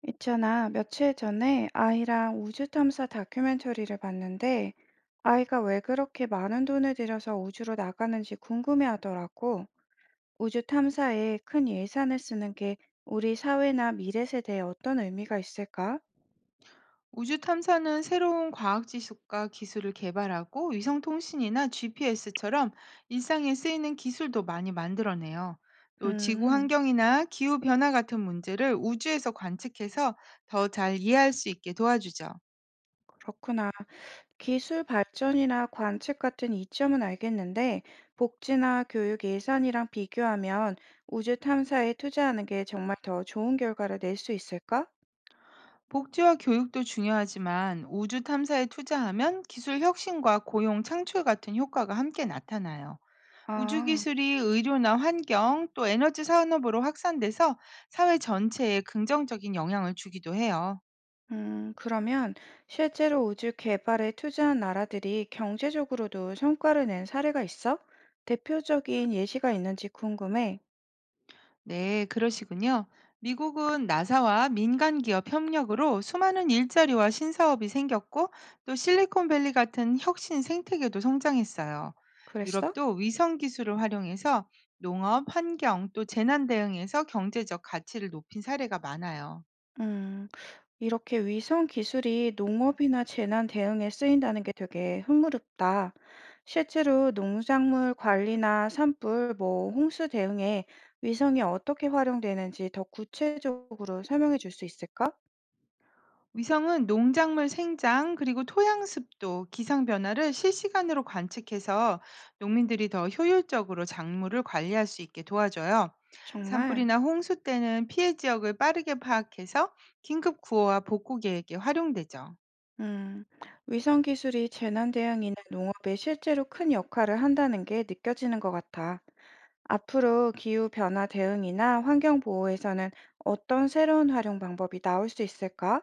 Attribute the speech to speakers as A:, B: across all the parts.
A: 있잖아, 며칠 전에 아이랑 우주 탐사 다큐멘터리를 봤는데, 아이가 왜 그렇게 많은 돈을 들여서 우주로 나가는지 궁금해하더라고. 우주 탐사에 큰 예산을 쓰는 게 우리 사회나 미래 세대에 어떤 의미가 있을까?
B: 우주 탐사는 새로운 과학 지식과 기술을 개발하고 위성 통신이나 GPS처럼 일상에 쓰이는 기술도 많이 만들어내요. 또 지구
A: 음,
B: 환경이나 기후 변화 같은 문제를 우주에서 관측해서 더 잘 이해할 수 있게 도와주죠.
A: 그렇구나. 기술 발전이나 관측 같은 이점은 알겠는데, 복지나 교육 예산이랑 비교하면 우주 탐사에 투자하는 게 정말 더 좋은 결과를 낼 수 있을까?
B: 복지와 교육도 중요하지만 우주 탐사에 투자하면 기술 혁신과 고용 창출 같은 효과가 함께 나타나요.
A: 아.
B: 우주기술이 의료나 환경 또 에너지 산업으로 확산돼서 사회 전체에 긍정적인 영향을 주기도 해요.
A: 그러면 실제로 우주 개발에 투자한 나라들이 경제적으로도 성과를 낸 사례가 있어? 대표적인 예시가 있는지 궁금해.
B: 네, 그러시군요. 미국은 나사와 민간 기업 협력으로 수많은 일자리와 신사업이 생겼고 또 실리콘밸리 같은 혁신 생태계도 성장했어요.
A: 그랬어?
B: 유럽도 위성 기술을 활용해서 농업, 환경 또 재난 대응에서 경제적 가치를 높인 사례가 많아요.
A: 음, 이렇게 위성 기술이 농업이나 재난 대응에 쓰인다는 게 되게 흥미롭다. 실제로 농작물 관리나 산불, 뭐 홍수 대응에 위성이 어떻게 활용되는지 더 구체적으로 설명해 줄 수 있을까?
B: 위성은 농작물 생장, 그리고 토양 습도, 기상 변화를 실시간으로 관측해서 농민들이 더 효율적으로 작물을 관리할 수 있게 도와줘요.
A: 정말.
B: 산불이나 홍수 때는 피해 지역을 빠르게 파악해서 긴급 구호와 복구 계획에 활용되죠.
A: 음, 위성 기술이 재난 대응이나 농업에 실제로 큰 역할을 한다는 게 느껴지는 것 같아. 앞으로 기후 변화 대응이나 환경 보호에서는 어떤 새로운 활용 방법이 나올 수 있을까?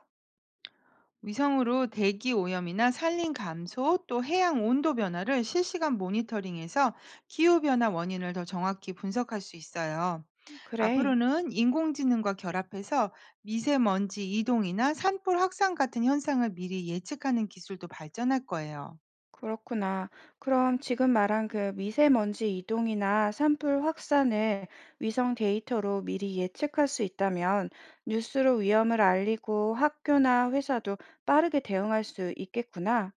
B: 위성으로 대기 오염이나 산림 감소 또 해양 온도 변화를 실시간 모니터링해서 기후 변화 원인을 더 정확히 분석할 수 있어요.
A: 그래,
B: 앞으로는 인공지능과 결합해서 미세먼지 이동이나 산불 확산 같은 현상을 미리 예측하는 기술도 발전할 거예요.
A: 그렇구나. 그럼 지금 말한 그 미세먼지 이동이나 산불 확산을 위성 데이터로 미리 예측할 수 있다면 뉴스로 위험을 알리고 학교나 회사도 빠르게 대응할 수 있겠구나.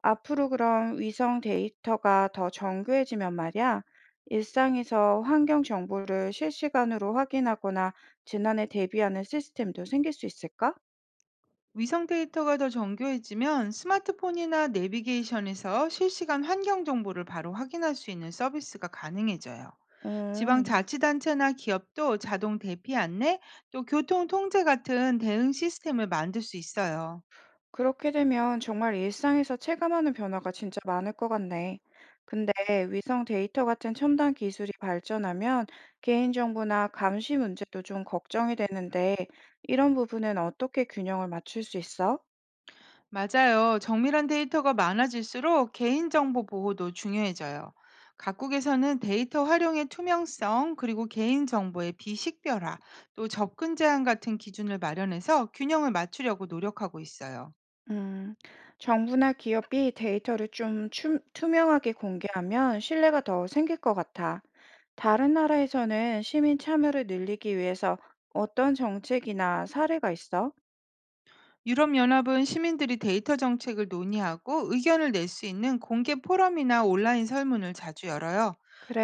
A: 앞으로 그럼 위성 데이터가 더 정교해지면 말이야, 일상에서 환경 정보를 실시간으로 확인하거나 재난에 대비하는 시스템도 생길 수 있을까?
B: 위성 데이터가 더 정교해지면 스마트폰이나 내비게이션에서 실시간 환경 정보를 바로 확인할 수 있는 서비스가 가능해져요.
A: 음,
B: 지방자치단체나 기업도 자동 대피 안내, 또 교통 통제 같은 대응 시스템을 만들 수 있어요.
A: 그렇게 되면 정말 일상에서 체감하는 변화가 진짜 많을 것 같네. 근데 위성 데이터 같은 첨단 기술이 발전하면 개인정보나 감시 문제도 좀 걱정이 되는데, 이런 부분은 어떻게 균형을 맞출 수 있어?
B: 맞아요. 정밀한 데이터가 많아질수록 개인정보 보호도 중요해져요. 각국에서는 데이터 활용의 투명성, 그리고 개인정보의 비식별화, 또 접근 제한 같은 기준을 마련해서 균형을 맞추려고 노력하고 있어요.
A: 음, 정부나 기업이 데이터를 좀 투명하게 공개하면 신뢰가 더 생길 것 같아. 다른 나라에서는 시민 참여를 늘리기 위해서 어떤 정책이나 사례가 있어?
B: 유럽연합은 시민들이 데이터 정책을 논의하고 의견을 낼 수 있는 공개 포럼이나 온라인 설문을 자주 열어요.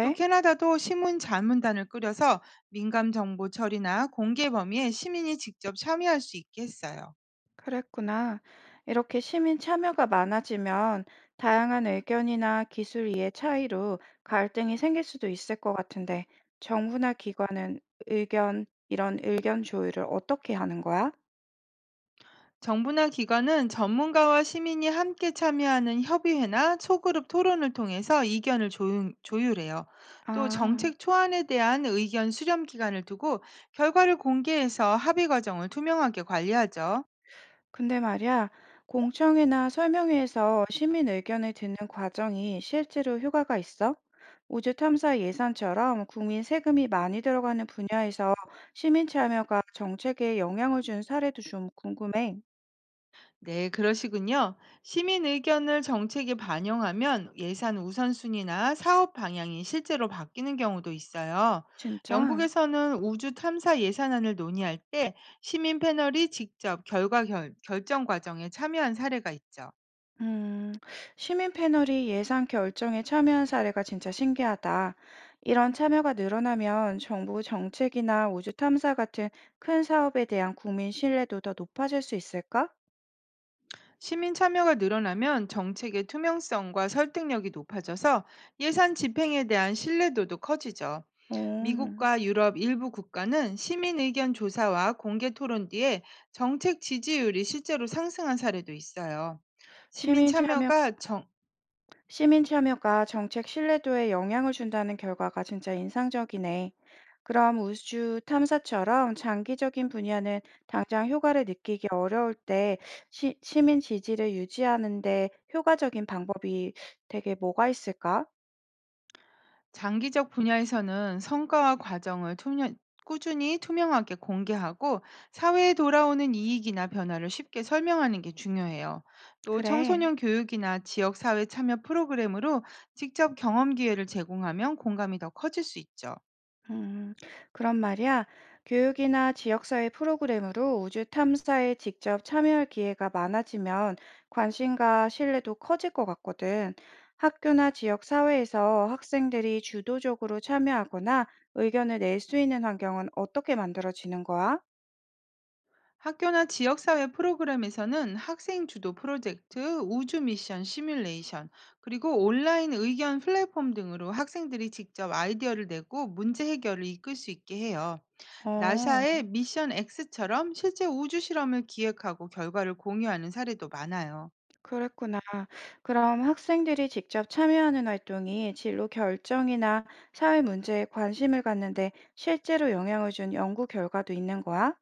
B: 또 캐나다도 시문 자문단을 꾸려서 민감 정보 처리나 공개 범위에 시민이 직접 참여할 수 있게 했어요.
A: 그랬구나. 이렇게 시민 참여가 많아지면 다양한 의견이나 기술 이해 차이로 갈등이 생길 수도 있을 것 같은데, 정부나 기관은 이런 의견 조율을 어떻게 하는 거야?
B: 정부나 기관은 전문가와 시민이 함께 참여하는 협의회나 소그룹 토론을 통해서 이견을 조율해요. 또
A: 아.
B: 정책 초안에 대한 의견 수렴 기간을 두고 결과를 공개해서 합의 과정을 투명하게 관리하죠.
A: 근데 말이야, 공청회나 설명회에서 시민 의견을 듣는 과정이 실제로 효과가 있어? 우주 탐사 예산처럼 국민 세금이 많이 들어가는 분야에서 시민 참여가 정책에 영향을 준 사례도 좀 궁금해.
B: 네, 그러시군요. 시민 의견을 정책에 반영하면 예산 우선순위나 사업 방향이 실제로 바뀌는 경우도 있어요.
A: 진짜?
B: 영국에서는 우주 탐사 예산안을 논의할 때 시민 패널이 직접 결정 과정에 참여한 사례가 있죠.
A: 음, 시민 패널이 예산 결정에 참여한 사례가 진짜 신기하다. 이런 참여가 늘어나면 정부 정책이나 우주 탐사 같은 큰 사업에 대한 국민 신뢰도 더 높아질 수 있을까?
B: 시민 참여가 늘어나면 정책의 투명성과 설득력이 높아져서 예산 집행에 대한 신뢰도도 커지죠.
A: 음.
B: 미국과 유럽 일부 국가는 시민 의견 조사와 공개 토론 뒤에 정책 지지율이 실제로 상승한 사례도 있어요. 시민
A: 시민 참여,
B: 참여가 정-
A: 시민 참여가 정책 신뢰도에 영향을 준다는 결과가 진짜 인상적이네. 그럼 우주 탐사처럼 장기적인 분야는 당장 효과를 느끼기 어려울 때 시민 지지를 유지하는데 효과적인 방법이 되게 뭐가 있을까?
B: 장기적 분야에서는 성과와 과정을 꾸준히 투명하게 공개하고 사회에 돌아오는 이익이나 변화를 쉽게 설명하는 게 중요해요. 또
A: 그래.
B: 청소년 교육이나 지역 사회 참여 프로그램으로 직접 경험 기회를 제공하면 공감이 더 커질 수 있죠.
A: 음, 그런 말이야. 교육이나 지역사회 프로그램으로 우주 탐사에 직접 참여할 기회가 많아지면 관심과 신뢰도 커질 것 같거든. 학교나 지역 사회에서 학생들이 주도적으로 참여하거나 의견을 낼 수 있는 환경은 어떻게 만들어지는 거야?
B: 학교나 지역사회 프로그램에서는 학생 주도 프로젝트, 우주 미션 시뮬레이션, 그리고 온라인 의견 플랫폼 등으로 학생들이 직접 아이디어를 내고 문제 해결을 이끌 수 있게 해요.
A: 어,
B: 나사의 미션 X처럼 실제 우주 실험을 기획하고 결과를 공유하는 사례도 많아요.
A: 그랬구나. 그럼 학생들이 직접 참여하는 활동이 진로 결정이나 사회 문제에 관심을 갖는데 실제로 영향을 준 연구 결과도 있는 거야?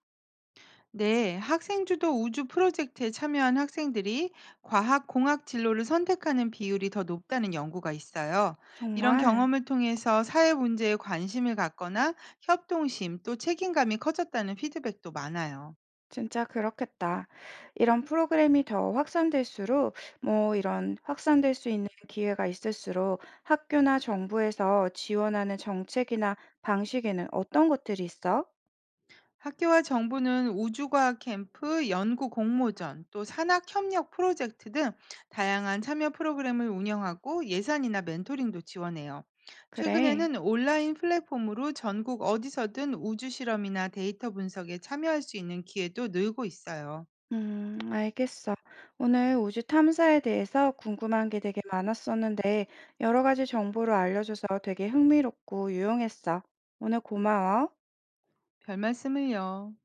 B: 네, 학생주도 우주 프로젝트에 참여한 학생들이 과학 공학 진로를 선택하는 비율이 더 높다는 연구가 있어요. 이런
A: 정말.
B: 경험을 통해서 사회 문제에 관심을 갖거나 협동심 또 책임감이 커졌다는 피드백도 많아요.
A: 진짜 그렇겠다. 이런 프로그램이 더 확산될수록 뭐 이런 확산될 수 있는 기회가 있을수록 학교나 정부에서 지원하는 정책이나 방식에는 어떤 것들이 있어?
B: 학교와 정부는 우주과학 캠프, 연구 공모전, 또 산학 협력 프로젝트 등 다양한 참여 프로그램을 운영하고 예산이나 멘토링도 지원해요.
A: 그래.
B: 최근에는 온라인 플랫폼으로 전국 어디서든 우주 실험이나 데이터 분석에 참여할 수 있는 기회도 늘고 있어요.
A: 알겠어. 오늘 우주 탐사에 대해서 궁금한 게 되게 많았었는데 여러 가지 정보를 알려줘서 되게 흥미롭고 유용했어. 오늘 고마워.
B: 별 말씀을요.